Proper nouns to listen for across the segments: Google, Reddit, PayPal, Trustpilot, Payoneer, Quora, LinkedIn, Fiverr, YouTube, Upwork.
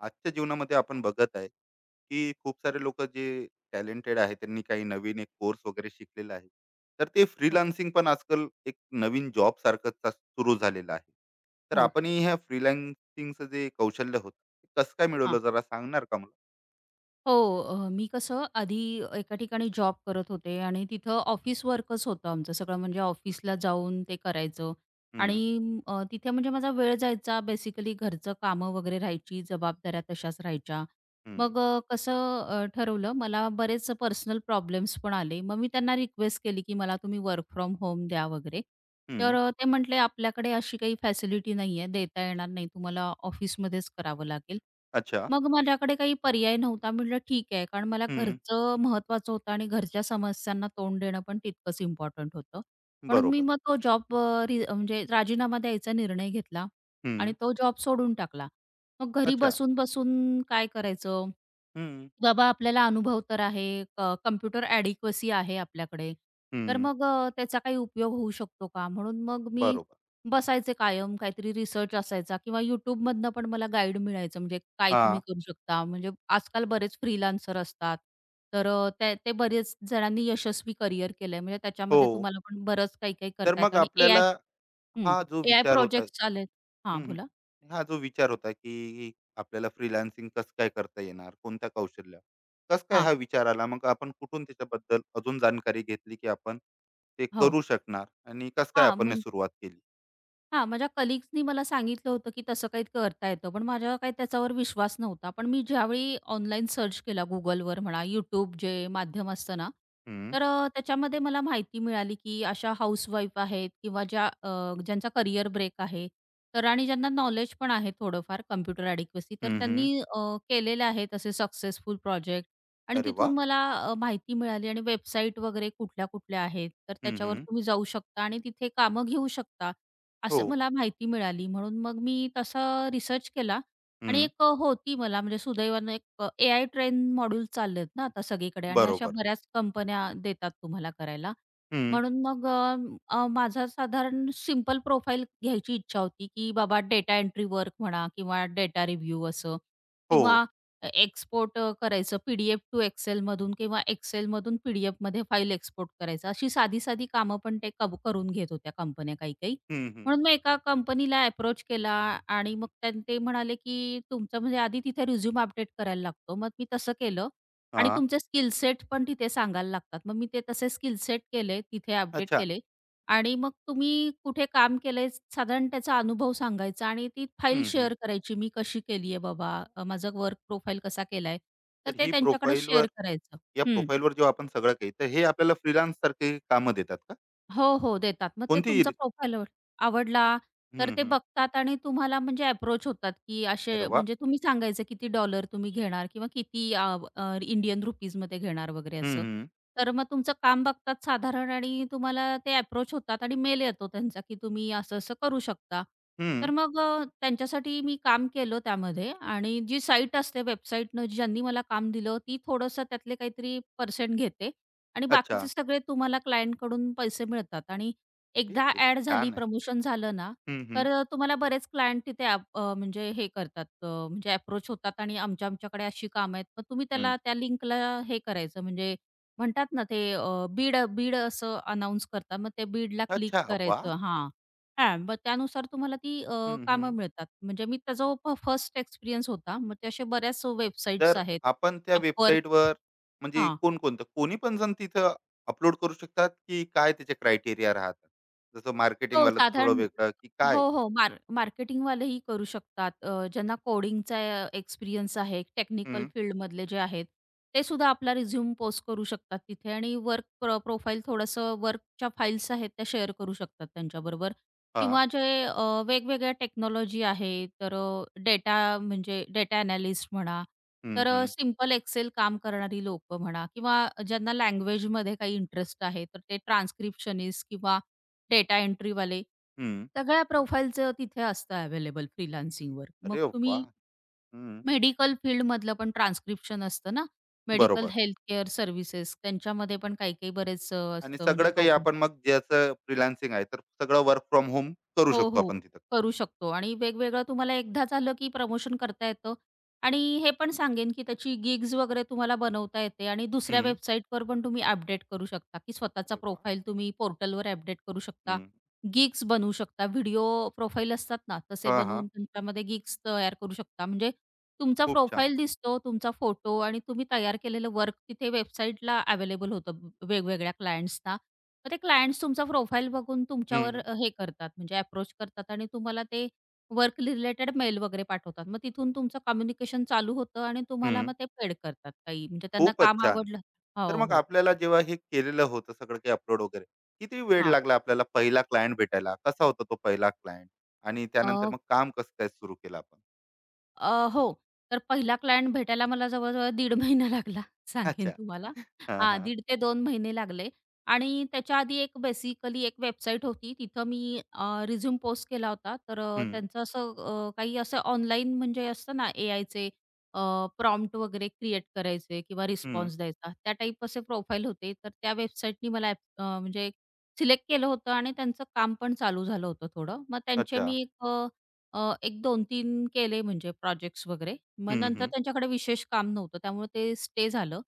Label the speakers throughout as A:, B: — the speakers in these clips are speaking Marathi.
A: आजच्या जीवनामध्ये आपण बघत आहे की खूप सारे लोक जे टॅलेंटेड आहे त्यांनी काही नवीन एक कोर्स वगैरे शिकलेला आहे तर ते
B: हो,
A: फ्रीलान्सिंग पण आजकाल एक नवीन जॉब सारखं सुरू झालेलं आहे. तर
B: हो.
A: आपण ह्या फ्रीलान्सिंगचं जे कौशल्य होतं ते कसं काय मिळवलं
B: हां.
A: जरा सांगणार का मला?
B: हो, मी कसं आधी एका ठिकाणी जॉब करत होते आणि तिथं ऑफिस वर्कच होतं आमचं सगळं म्हणजे ऑफिसला जाऊन ते करायचं. आणि
A: हम्म.
B: तिथे म्हणजे माझा वेळ जायचा बेसिकली, घरचं कामं वगैरे राहायची, जबाबदाऱ्या तशाच राहायच्या.
A: हम्म.
B: मग कसं ठरवलं, मला बरेच पर्सनल प्रॉब्लेम्स पण आले. मग मी त्यांना रिक्वेस्ट केली, की मला तुम्ही वर्क फ्रॉम होम द्या वगैरे. तर
A: हम्म.
B: ते म्हटले, "आपल्याकडे अशी काही फॅसिलिटी नाहीये, देता येणार नाही. तुम्हाला ऑफिसमध्येच करावं लागेल."
A: अच्छा.
B: मग माझ्याकडे काही पर्याय नव्हता. म्हटलं ठीक आहे, कारण मला
A: हम्म.
B: घरचं महत्त्वाचं होतं आणि घरच्या समस्यांना तोंड देणं पण तितकंच इम्पॉर्टंट होतं. म्हणून मी
A: बरोबर.
B: मग तो जॉब अ, रि म्हणजे राजीनामा द्यायचा निर्णय घेतला आणि
A: हम्म.
B: तो जॉब सोडून टाकला. मग घरी
A: अच्छा.
B: बसून-बसून काय करायचं?
A: हम्म.
B: बाबा आपल्याला अनुभव तर आहे, कॉम्प्युटर ॲडिक्वसी आहे आपल्याकडे. तर
A: हम्म.
B: मग त्याचा काही उपयोग होऊ शकतो का? म्हणून मग मी
A: बरोबर.
B: बसायचे कायम, काहीतरी रिसर्च असायचा किंवा YouTubeमधनं पण मला गाईड मिळायचं, म्हणजे काय
A: हा.
B: तुम्ही करू शकता? म्हणजे आजकाल बरेच फ्रीलान्सर असतात. तर ते ते बरेच जणांनी यशस्वी करियर केलंय, म्हणजे
A: हो.
B: त्याच्यामध्ये तुम्हाला पण बरंच काही-काही
A: तर
B: करता
A: मग
B: येतं आणि
A: आपल्याला
B: हं,
A: हा जो
B: एआय
A: विचार होता हं,
B: प्रोजेक्ट्स आलेत. हां,
A: हं.
B: बोला.
A: हा जो विचार होता, की आपल्याला फ्रीलान्सिंग कसं काय करता येणार? कोणत्या कौशल्यावर? कसं काय
B: हां,
A: हा विचार आला? मग आपण कुठून त्याच्याबद्दल अजून जाणकारी घेतली, की आपण ते
B: हो.
A: करू शकणार आणि कसं काय
B: हां,
A: आपण हे
B: म्हणजे
A: सुरुवात केली?
B: माझ्या कलीग्सनी मला सांगितलं होतं, की तसं काही करता येतं, पण माझ्या काही त्याच्यावर विश्वास नव्हता. पण मी ज्यावेळी ऑनलाईन सर्च केला Googleवर म्हणा, YouTube जे माध्यम असतं ना,
A: हं,
B: तर त्याच्यामध्ये मला माहिती मिळाली, की अशा हाउसवाईफ आहेत किंवा ज्यांचा करियर ब्रेक आहे, तर आणि ज्यांना नॉलेज पण आहे थोडंफार कॉम्प्युटर ॲडिक्वसी, तर
A: हं, हं.
B: त्यांनी केलेले आहेत असे सक्सेसफुल प्रोजेक्ट, आणि
A: अरे वा.
B: तिथून मला माहिती मिळाली आणि वेबसाईट वगैरे कुठल्या-कुठल्या आहेत, तर
A: हं,
B: त्याच्यावर
A: हं.
B: तुम्ही जाऊ शकता आणि तिथे कामं घेऊ शकता,
A: हो.
B: असं मला माहिती मिळाली. म्हणून मग मी तसं रिसर्च केला आणि
A: हं.
B: एक होती मला म्हणजे सुदैवानं एक एआय ट्रेन मॉड्यूल चाललेत ना आता सगळीकडे आणि अशा
A: बरोबर.
B: बऱ्याच कंपन्या देतात तुम्हाला करायला.
A: हं.
B: म्हणून मग अ, अ, माझा साधारण सिंपल प्रोफाईल घ्यायची इच्छा होती, की बाबा डेटा एंट्री वर्क म्हणा किंवा डेटा रिव्ह्यू असं,
A: हो.
B: किंवा एक्सपोर्ट करायचं पी-डी-एफ टू एक्सेल मधून, किंवा एक्सेलमधून पी-डी-एफमध्ये फाईल एक्सपोर्ट करायचं. अशी साधी-साधी कामं पण ते कब करून घेत होत्या कंपन्या काही-काही.
A: हं, हं.
B: म्हणून मग एका कंपनीला अप्रोच केला आणि मग ते म्हणाले, की तुमचं म्हणजे आधी तिथे रिझ्यूम अपडेट करायला लागतो. मग मी तसं केलं आणि
A: हां.
B: तुमचे स्किल सेट पण तिथे सांगायला लागतात. मग मी ते तसे स्किल सेट केले, तिथे अपडेट
A: अच्छा.
B: केले आणि मग तुम्ही कुठे काम केलंय साधारण त्याचा अनुभव सांगायचा आणि ती फाईल
A: हं, हं.
B: शेअर करायची. मी कशी केली आहे बाबा, माझा वर्क प्रोफाईल कसा केलाय, तर
A: तर
B: ते
A: ही
B: त्यांच्याकडे
A: प्रोफाईलवर
B: शेअर करायचं.
A: या प्रोफाईलवर जेव्हा आपण सगळं काही तर हे आपल्याला फ्रीलान्ससारखी कामं देतात का?
B: हो, हो. देतात. मग ते तुमचा
A: कोणतीही.
B: प्रोफाईल आवडला, तर
A: हं,
B: ते
A: हं.
B: बघतात आणि तुम्हाला म्हणजे अप्रोच होतात, की असे
A: अरे वाह!
B: म्हणजे तुम्ही सांगायचं किती डॉलर तुम्ही घेणार किंवा इंडियन रुपीजमध्ये घेणार वगैरे
A: हं,
B: असं.
A: हं.
B: तर मग तुमचं काम बघतात साधारण आणि तुम्हाला ते अप्रोच होतात आणि मेल येतो त्यांचा, की तुम्ही असं-असं करू शकता.
A: हं.
B: तर मग त्यांच्यासाठी मी काम केलं त्यामध्ये, आणि जी साईट असते वेबसाईटनं ज्यांनी मला काम दिलं, ती थोडंसं त्यातले काहीतरी पर्सेंट घेते. आणि बाकीचे
A: अच्छा.
B: सगळे तुम्हाला क्लायंटकडून पैसे मिळतात. आणि
A: अरे,
B: एकदा
A: किती
B: ॲड झाली,
A: छान आहे.
B: प्रमोशन झालं ना,
A: हं, हं,
B: तर तुम्हाला बरेच क्लायंट तिथे म्हणजे हे करतात, म्हणजे अप्रोच होतात आणि आमच्याकडे अशी कामं आहेत. मग तुम्ही
A: हं.
B: त्याला त्या लिंकला हे करायचं म्हणजे म्हणतात ना ते, बीड बीड असं अनाउन्स करतात. मग ते बीडला क्लिक
A: अच्छा, वाह!
B: करायचं. हां, हां, मग त्यानुसार तुम्हाला
A: हं, हं.
B: कामं मिळतात. म्हणजे मी त्याचा फर्स्ट एक्सपिरियन्स होता. मग ते अशा बऱ्याच वेबसाईट्स
A: तर
B: आहेत.
A: आपण त्या
B: Upwork.
A: वेबसाईटवर म्हणजे
B: हां.
A: कोणकोणतं कोणी पण जण तिथं अपलोड करू शकतात, की काय त्याचे क्रायटेरिया राहतात? जसं
B: हो,
A: मार्केटिंगवालं थोडं
B: साधारण.
A: वेगळं, की काय?
B: हो, हो. मार्केटिंगवालेही करू शकतात. ज्यांना कोडिंगचा एक्सपिरियन्स आहे, टेक्निकल
A: हं.
B: फील्डमधले जे आहेत, ते सुद्धा आपला रिझ्यूम पोस्ट करू शकतात तिथे आणि वर्क प्रोफाईल, थोडंसं वर्कच्या फाईल्स आहेत त्या शेअर करू शकतात त्यांच्याबरोबर.
A: हां.
B: किंवा जे वेगवेगळ्या टेक्नॉलॉजी आहे, तर डेटा म्हणजे डेटा एनालिस्ट म्हणा,
A: हं,
B: तर
A: हं,
B: एक्सेल काम करणारी लोकं म्हणा, किंवा ज्यांना लँग्वेजमध्ये काही इंटरेस्ट आहे, तर ते ट्रान्स्क्रिप्शनिस्ट किंवा डेटा एंट्रीवाले,
A: हं.
B: सगळ्या प्रोफाईलचं तिथे असतं अवेलेबल फ्रीलान्सिंगवर. मग
A: अरे वाह!
B: तुम्ही
A: हं.
B: मेडिकल फील्डमधलं पण ट्रान्स्क्रिप्शन असतं ना, मेडिकल
A: बरोबर.
B: हेल्थ केअर सर्व्हिसेस त्यांच्यामध्ये पण काही-काही बरेच
A: आणि
B: असतं म्हणजे
A: सगळं काही
B: प्रोफाईल.
A: आपण मग ज्याचं फ्रीलान्सिंग आहे, तर सगळं वर्क फ्रॉम होम करू
B: हो,
A: शकतो
B: हो.
A: आपण तिथं.
B: करू शकतो आणि वेगवेगळं तुम्हाला एकदाच आलं की प्रमोशन करता येतं. आणि हे पण सांगेन, की त्याची गिग्स वगैरे तुम्हाला बनवता येते आणि दुसऱ्या
A: हं.
B: वेबसाईटवर पण तुम्ही अपडेट करू शकता, की स्वतःचा
A: अरे वाह!
B: प्रोफाईल तुम्ही पोर्टलवर अपडेट करू शकता.
A: हं.
B: गिग्स बनवू शकता. व्हिडिओ प्रोफाईल असतात ना, तसे
A: हां, हां.
B: बनवून तुमच्यामध्ये गिग्स तयार करू शकता. म्हणजे तुमचा
A: खूप छान.
B: प्रोफाईल दिसतो, तुमचा फोटो, आणि तुम्ही तयार केलेलं वर्क तिथे वेबसाईटला अवेलेबल होतं वेगवेगळ्या क्लायंट्सना. मग ते क्लायंट्स तुमचा प्रोफाईल बघून
A: हं,
B: तुमच्यावर
A: हं.
B: हे करतात, म्हणजे अप्रोच करतात आणि तुम्हाला ते वर्क रिलेटेड मेल वगैरे पाठवतात. मग तिथून तुमचं कम्युनिकेशन चालू होतं आणि तुम्हाला
A: हं.
B: मग ते पेड करतात काही म्हणजे त्यांना
A: खूपच
B: काम
A: छान.
B: आवडलं.
A: तर
B: हो,
A: मग
B: हो.
A: आपल्याला जेव्हा हे केलेलं होतं सगळं काही अपलोड वगैरे, किती वेळ
B: हां.
A: लागला आपल्याला पहिला क्लायंट भेटायला? कसा होता तो पहिला क्लायंट? आणि त्यानंतर मग काम कसं काय सुरू केलं आपण?
B: हो. तर पहिला क्लायंट भेटायला मला जवळ-जवळ दीड महिना लागला, सांगेन
A: अच्छा.
B: तुम्हाला.
A: हां,
B: हां,
A: हां.
B: 1.5 ते दोन महिने लागले. आणि त्याच्या आधी एक बेसिकली एक वेबसाईट होती. तिथं मी रिझ्यूम पोस्ट केला होता. तर
A: हं,
B: त्यांचं असं काही असं ऑनलाईन म्हणजे असतं ना, एआयचे, अ, प्रॉम्प्ट वगैरे क्रिएट करायचे किंवा
A: हं.
B: रिस्पॉन्स द्यायचा. त्या टाइप असे प्रोफाईल होते. तर त्या वेबसाईटनी मला म्हणजे सिलेक्ट केलं होतं आणि त्यांचं काम पण चालू झालं होतं थोडं. मग त्यांचे
A: अच्छा.
B: मी एक 2 तीन केले म्हणजे प्रोजेक्ट्स वगैरे. मग
A: हं,
B: नंतर
A: हं.
B: त्यांच्याकडे विशेष काम नव्हतं, त्यामुळे ते स्टे झालं.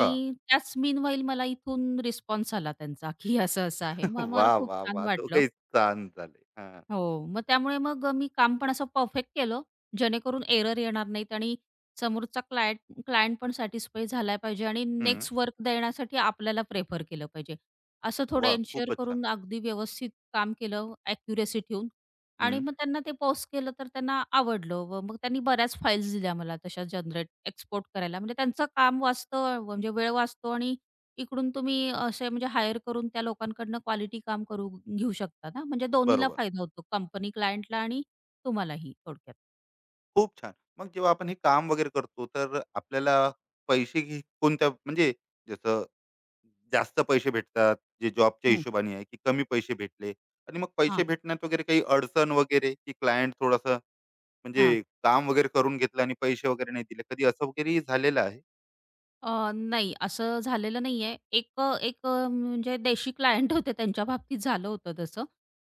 A: हां.
B: त्याच मीनवाईल मला इथून रिस्पॉन्स आला त्यांचा, की असं-असं आहे. मग मला
A: वाह,
B: खूप
A: वाह,
B: छान
A: वाह!
B: वाटलं.
A: दोघंही छान झाले. हां.
B: हो. मग त्यामुळे मग मी काम पण असं परफेक्ट केलं, जेणेकरून एरर येणार नाहीत आणि समोरचा क्लायंट क्लायंट पण सॅटिस्फाय झाला पाहिजे आणि
A: हं.
B: नेक्स्ट वर्क देण्यासाठी आपल्याला प्रेफर केलं पाहिजे. असं थोडं
A: वाह!
B: एन्शुअर
A: खूपच छान.
B: करून अगदी व्यवस्थित काम केलं, ॲक्युरसी ठेवून. आणि
A: हं.
B: मग त्यांना ते पोस्ट केलं, तर त्यांना आवडलं व मग त्यांनी बऱ्याच फाइल्स दिल्या मला तशा जनरेट, एक्सपोर्ट करायला. म्हणजे त्यांचं काम वाचतं, म्हणजे वेळ वाचतो, आणि इकडून तुम्ही असे म्हणजे हायर करून त्या लोकांकडनं क्वालिटी काम करू घेऊ शकता ना, म्हणजे दोन्हीला
A: बरोबर.
B: फायदा होतो, कंपनी क्लायंटला आणि तुम्हालाही, थोडक्यात.
A: खूप छान. मग जेव्हा आपण हे काम वगैरे करतो, तर आपल्याला पैसे घे कोणत्या म्हणजे जसं जास्त पैसे भेटतात, जे जॉबच्या
B: हं.
A: हिशोबाने आहे, की कमी पैसे भेटले आणि मग
B: हां.
A: पैसे भेटण्यात वगैरे काही अडचण वगैरे, की क्लायंट थोडंसं म्हणजे काम वगैरे करून घेतलं आणि पैसे वगैरे नाही दिले. कधी असं वगैरेही झालेलं आहे?
B: नाही असं झालेलं नाहीये. एक एक अ, म्हणजे देशी क्लायंट होते त्यांच्या बाबतीत झालं होतं तसं.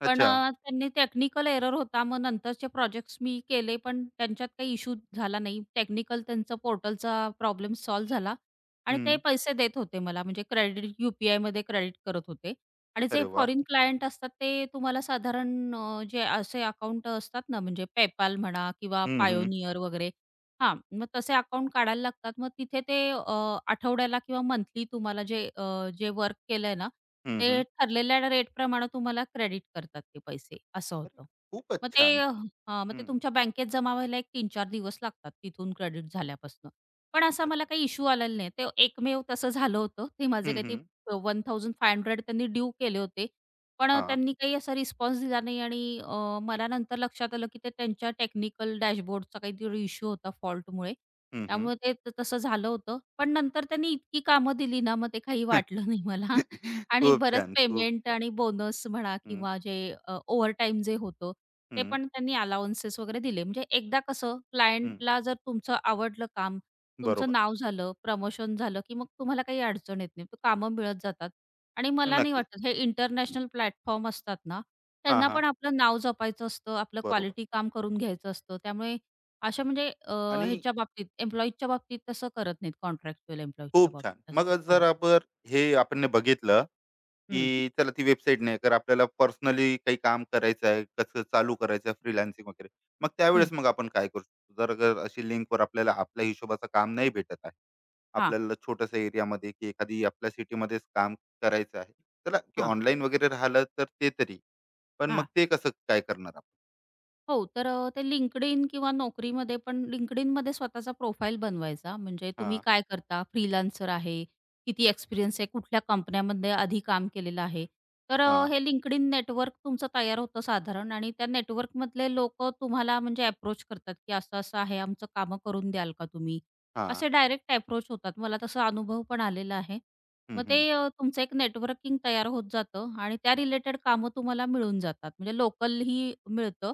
B: पण
A: अच्छा.
B: त्यांनी टेक्निकल एरर होता. मग नंतरचे प्रोजेक्ट्स मी केले, पण त्यांच्यात काही इश्यू झाला नाही. टेक्निकल त्यांचं पोर्टलचा प्रॉब्लेम सॉल्व्ह झाला आणि ते
A: हं.
B: पैसे देत होते मला. म्हणजे क्रेडिट यू-पी-आयमध्ये क्रेडिट करत होते. आणि
A: अरे
B: जे
A: वाह!
B: फॉरेन क्लायंट असतात, ते तुम्हाला साधारण जे असे अकाउंट असतात ना, म्हणजे PayPal म्हणा किंवा
A: हं, हं.
B: Payoneer वगैरे. हां, मग तसे अकाउंट काढायला लागतात. मग तिथे ते आठवड्याला किंवा मंथली तुम्हाला जे वर्क केलंय ना,
A: हं, हं.
B: ते ठरलेल्या रेटप्रमाणे तुम्हाला क्रेडिट करतात ते पैसे, असं
A: अरे
B: होतं.
A: खूपच छान.
B: मग ते
A: हं.
B: तुमच्या बँकेत जमा व्हायला एक 3-4 दिवस लागतात तिथून क्रेडिट झाल्यापासून. पण असा मला
A: अच्छा.
B: काही इश्यू आलेला नाही. ते एकमेव तसं झालं होतं. ते माझे
A: हं,
B: काही ते
A: हं.
B: 1500 त्यांनी ड्यू केले होते. पण
A: हां.
B: त्यांनी काही असा रिस्पॉन्स दिला नाही आणि मला नंतर लक्षात आलं, की ते त्यांच्या टेक्निकल डॅशबोर्डचा काहीतरी इश्यू होता फॉल्टमुळे.
A: हं, हं.
B: त्यामुळे ते तसं झालं होतं. पण नंतर त्यांनी इतकी कामं दिली ना, मग ते काही वाटलं नाही मला आणि
A: खूप
B: बरंच
A: छान, खूप
B: पेमेंट
A: छान.
B: आणि बोनस म्हणा
A: हं,
B: किंवा जे ओव्हरटाईम जे होतं, ते
A: हं,
B: पण त्यांनी अलाउन्सेस वगैरे दिले. म्हणजे एकदा कसं
A: हं.
B: क्लायंटला जर तुमचं आवडलं काम, तुमचं
A: बरोबर.
B: नाव झालं, प्रमोशन झालं, की मग तुम्हाला काही अडचण येत नाही. तो कामं मिळत जातात. आणि मला नाही
A: नक्की.
B: वाटत, हे इंटरनॅशनल प्लॅटफॉर्म असतात ना,
A: हां,
B: त्यांना
A: हां.
B: पण आपलं नाव जपायचं असतं, आपलं
A: बरोबर
B: क्वालिटी काम करून घ्यायचं असतं. त्यामुळे अशा म्हणजे
A: आणि
B: ह्याच्या बाबतीत, एम्प्लॉईजच्या बाबतीत तसं करत नाहीत, कॉन्ट्रॅक्चुअल एम्प्लॉईजच्या
A: खूप छान.
B: बाबतीत
A: मग
B: असं.
A: जर
B: हो.
A: आपण हे आपण ने बघितलं की
B: हं,
A: चला ती वेबसाईट नाही तर आपल्याला पर्सनली काही काम करायचं आहे, कसं चालू करायचं आहे फ्रीलान्सिंग वगैरे. मग
B: हं.
A: त्यावेळेस मग आपण काय करू शकतो? जर अगर अशी लिंकवर आपल्याला आपल्या हिशोबाचं काम नाही भेटत आहे,
B: हां,
A: आपल्याला छोट्याशा एरियामध्ये की एखादी आपल्या सिटीमध्येच काम करायचं आहे. चला की
B: हां,
A: ऑनलाईन वगैरे राहिलं तर ते तरी. पण मग
B: हां.
A: ते कसं काय करणार आपण?
B: हो, तर ते LinkedIn किंवा नोकरीमध्ये पण, LinkedInमध्ये स्वतःचा प्रोफाईल बनवायचा. म्हणजे तुम्ही
A: हां,
B: काय करता? फ्रीलान्सर आहे? किती एक्सपिरियन्स आहे? कुठल्या कंपन्यामध्ये आधी काम केलेलं आहे? तर
A: हां,
B: हे LinkedIn नेटवर्क तुमचं तयार होतं साधारण, आणि त्या नेटवर्कमधले लोकं तुम्हाला म्हणजे अप्रोच करतात, की असं-असं आहे, आमचं कामं करून द्याल का तुम्ही?
A: हां.
B: असे डायरेक्ट अप्रोच होतात. मला तसा अनुभव पण आलेला आहे.
A: हं,
B: मग ते
A: हं.
B: तुमचं एक नेटवर्किंग तयार होत जातं आणि त्या रिलेटेड कामं तुम्हाला मिळून जातात. म्हणजे लोकलही मिळतं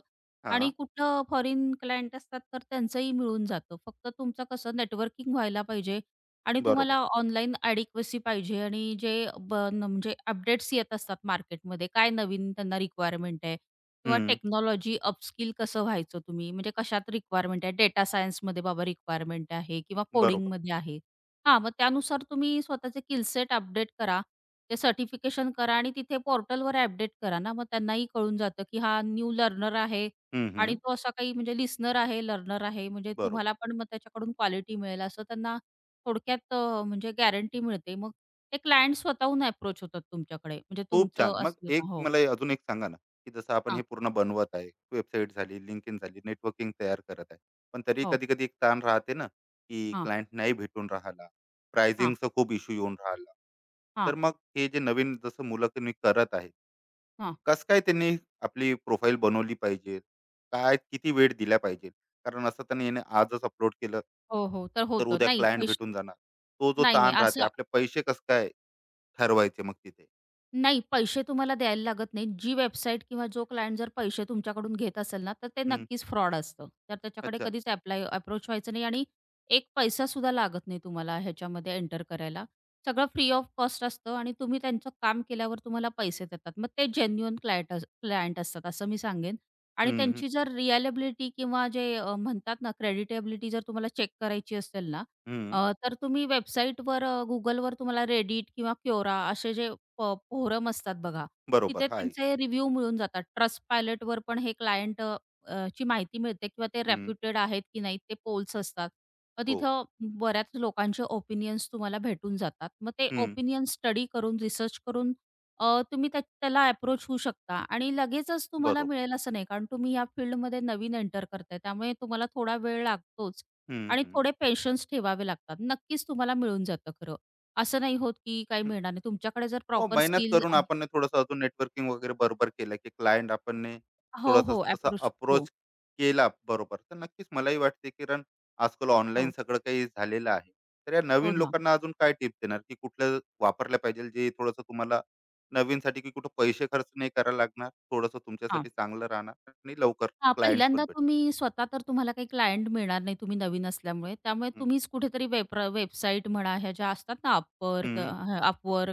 B: आणि
A: हां,
B: कुठं फॉरेन क्लायंट असतात तर त्यांचंही मिळून जातं. फक्त तुमचं कसं नेटवर्किंग व्हायला पाहिजे आणि तुम्हाला
A: बरोबर.
B: ऑनलाईन ॲडिक्वसी पाहिजे, आणि जे ब न म्हणजे अपडेट्स येत असतात मार्केटमध्ये, काय नवीन त्यांना रिक्वायरमेंट आहे किंवा
A: हं,
B: टेक्नॉलॉजी अपस्किल कसं व्हायचं तुम्ही, म्हणजे कशात रिक्वायरमेंट आहे, डेटा सायन्समध्ये बाबा रिक्वायरमेंट आहे किंवा
A: बरोबर.
B: कोडिंगमध्ये आहे. हां, मग त्यानुसार तुम्ही स्वतःचे स्किलसेट अपडेट करा. ते सर्टिफिकेशन करा आणि तिथे पोर्टलवर अपडेट करा ना, मग त्यांनाही कळून जातं, की हा न्यू लर्नर आहे
A: हं,
B: आणि
A: हं.
B: तो असा काही म्हणजे लिसनर आहे, लर्नर आहे, म्हणजे
A: बरोबर.
B: तुम्हाला पण मग त्याच्याकडून क्वालिटी मिळेल असं त्यांना, थोडक्यात म्हणजे गॅरंटी मिळते. मग ते क्लायंट स्वतःहून अप्रोच होतात तुमच्याकडे, म्हणजे
A: खूप छान.
B: तुमचं
A: मग
B: असलं
A: एक
B: का हो.
A: मला अजून एक सांगा ना, की जसं आपण हे
B: हां,
A: पूर्ण बनवत आहे, वेबसाईट झाली, LinkedIn झाली, नेटवर्किंग तयार करत आहे. पण तरी
B: हो,
A: कधी-कधी एक ताण राहते ना, की
B: हां,
A: क्लायंट नाही भेटून राहिला,
B: हां,
A: प्रायझिंगचा खूप इश्यू येऊन राहिला.
B: हां,
A: तर मग हे जे नवीन जसं मुलं तुम्ही करत आहे,
B: हां.
A: कसं काय त्यांनी आपली प्रोफाइल बनवली पाहिजे? काय किती वेळ दिला पाहिजे? कारण असं तर नाही आजच अपलोड केलं,
B: हो, हो. तर
A: तर
B: होतं.
A: उद्या
B: नाही
A: क्लायंट
B: पैसे.
A: भेटून जाणार. तो जो
B: नाही, नाही
A: ताण राहते,
B: असं.
A: आपले पैसे कसं काय ठरवायचे मग तिथे?
B: नाही, पैसे तुम्हाला द्यायला लागत नाहीत. जी वेबसाईट किंवा जो क्लायंट जर पैसे तुमच्याकडून घेत असेल ना, तर ते
A: हं,
B: नक्कीच फ्रॉड असतं. तर त्याच्याकडे
A: अच्छा.
B: कधीच ॲप्लाय अप्रोच व्हायचं नाही. आणि एक पैसासुद्धा लागत नाही तुम्हाला ह्याच्यामध्ये एंटर करायला. सगळं फ्री ऑफ कॉस्ट असतं आणि तुम्ही त्यांचं काम केल्यावर तुम्हाला पैसे देतात. मग ते जेन्युइन क्लायंट क्लायंट असतात असं मी सांगेन. आणि
A: हं, हं,
B: त्यांची जर रिअलेबिलिटी किंवा जे म्हणतात ना, क्रेडिटेबिलिटी जर तुम्हाला चेक करायची असेल ना,
A: हं.
B: तर तुम्ही वेबसाईटवर, तुम्हाला Reddit किंवा Quora असे जे फोरम असतात बघा.
A: बरोबर
B: तिथे
A: आहे.
B: त्यांचे रिव्ह्यू मिळून जातात. ट्रस्ट पायलटवर पण हे क्लायंट ची माहिती मिळते किंवा ते
A: हं,
B: रेप्युटेड आहेत की नाही ते पोल्स असतात. मग
A: हो.
B: तिथं बऱ्याच लोकांचे ओपिनियन्स तुम्हाला भेटून जातात. मग ते
A: हं,
B: ओपिनियन स्टडी करून, रिसर्च करून, अ, तुम्ही त्याला अप्रोच होऊ शकता, आणि लगेचच तुम्हाला
A: बरोबर.
B: मिळेल असं नाही. कारण तुम्ही या फील्डमध्ये नवीन एंटर करताय. त्यामुळे तुम्हाला थोडा वेळ लागतोच
A: हं,
B: आणि
A: हं,
B: थोडे पेशन्स ठेवावे लागतात. नक्कीच तुम्हाला मिळून जातं खरं. असं नाही होत, की काही
A: हं.
B: मिळणार नाही. तुमच्याकडे जर
A: हो,
B: प्रॉपर
A: मेहनत
B: स्किल
A: करून
B: आणि
A: आपण ना अजून नेटवर्किंग वगैरे बरोबर केलं, की क्लायंट आपण
B: हो,
A: थोडासा
B: हो.
A: तसा
B: अप्रोच हो,
A: अप्रोच केला बरोबर. तर नक्कीच मलाही वाटते, की कारण आजकाल ऑनलाईन
B: हो,
A: सगळं काही झालेलं आहे. तर या
B: हो
A: नवीन
B: ना.
A: लोकांना अजून काय टिप्स देणार, की कुठलं वापरल्या पाहिजे जे थोडंसं तुम्हाला नवीनसाठी की कुठं पैसे खर्च नाही करायला लागणार, थोडंसं
B: हां.
A: तुमच्यासाठी चांगलं राहणार आणि लवकर
B: हां,
A: क्लायंट्स पण
B: पहिल्यांदा
A: भेटतील?
B: तुम्ही स्वतः तर तुम्हाला काही क्लायंट मिळणार नाही, तुम्ही नवीन असल्यामुळे. त्यामुळे
A: हं,
B: तुम्हीच कुठेतरी वेबसाईट म्हणा ह्या ज्या असतात ना, Upwork
A: हं,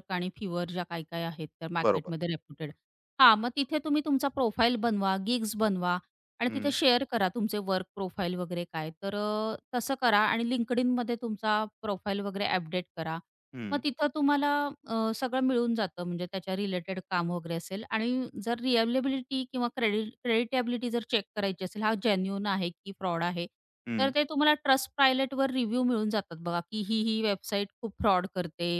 B: आणि Fiverr ज्या काही-काही आहेत त्या
A: बरोबर.
B: मार्केटमध्ये रेप्युटेड. हां, मग तिथे तुम्ही तुमचा प्रोफाईल बनवा, गिग्स बनवा आणि तिथे
A: हं,
B: शेअर करा तुमचे वर्क प्रोफाईल वगैरे काय. तर तसं करा आणि LinkedInमध्ये तुमचा प्रोफाईल वगैरे अपडेट करा. मग
A: हं.
B: तिथं तुम्हाला सगळं मिळून जातं, म्हणजे त्याच्या रिलेटेड काम वगैरे असेल, आणि जर रिअलेबिलिटी किंवा क्रेडिटॅबिलिटी जर चेक करायची असेल, हा जेन्युइन आहे की फ्रॉड आहे, तर
A: हं.
B: ते तुम्हाला ट्रस्ट Pilotवर रिव्ह्यू मिळून जातात बघा, की ही वेबसाईट खूप फ्रॉड करते,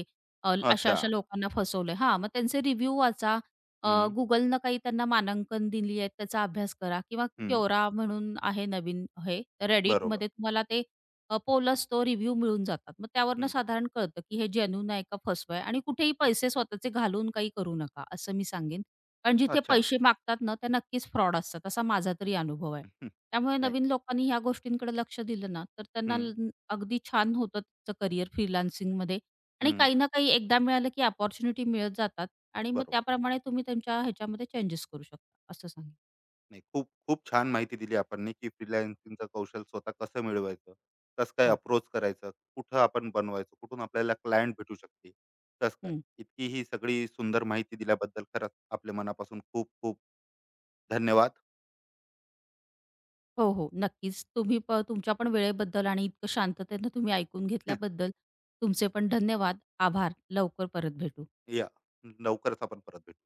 A: अच्छा.
B: अशा-अशा लोकांना फसवलंय. हां, मग त्यांचे रिव्ह्यू वाचा. अ,
A: हं,
B: Googleनं काही त्यांना मानांकन दिली आहेत, त्याचा अभ्यास करा. किंवा
A: हं.
B: Quora म्हणून आहे नवीन हे,
A: बरोबर.
B: Redditमध्ये तुम्हाला ते पोलच तो रिव्ह्यू मिळून जातात. मग त्यावरनं
A: हं.
B: साधारण कळतं, की हे जेन्युइन आहे का फसवं आहे. आणि कुठेही पैसे स्वतःचे घालून काही करू नका, असं मी सांगेन. कारण जिथे
A: अच्छा.
B: पैसे मागतात ना, त्या नक्कीच फ्रॉड असतात, असा माझा तरी अनुभव आहे.
A: हम्म,
B: त्यामुळे
A: नाही.
B: नवीन लोकांनी ह्या गोष्टींकडे लक्ष दिलं ना, तर त्यांना
A: हं,
B: अगदी छान होतं त्याचं करिअर फ्रीलान्सिंगमध्ये. आणि
A: हं.
B: काही ना काही एकदा मिळालं, की अपॉर्च्युनिटी मिळत जातात आणि मग
A: बरोबर.
B: त्याप्रमाणे तुम्ही त्यांच्या ह्याच्यामध्ये चेंजेस करू शकता, असं सांगेन.
A: नाही, खूप खूप छान माहिती दिली आपण नी, की फ्रीलान्सिंगचं कौशल्य स्वतः कसं मिळवायचं? कसं काय
B: हो.
A: अप्रोच करायचं? कुठं आपण बनवायचं? कुठून आपल्याला क्लायंट भेटू शकते? कसं काय?
B: हं.
A: इतकी ही सगळी सुंदर माहिती दिल्याबद्दल खरंच आपल्या मनापासून खूप खूप धन्यवाद.
B: हो, हो. नक्कीच. तुम्ही तुमच्या पण वेळेबद्दल आणि इतकं शांततेनं तुम्ही ऐकून घेतल्याबद्दल तुमचे पण धन्यवाद. आभार. लवकर परत भेटू.
A: या लवकरच आपण परत भेटू.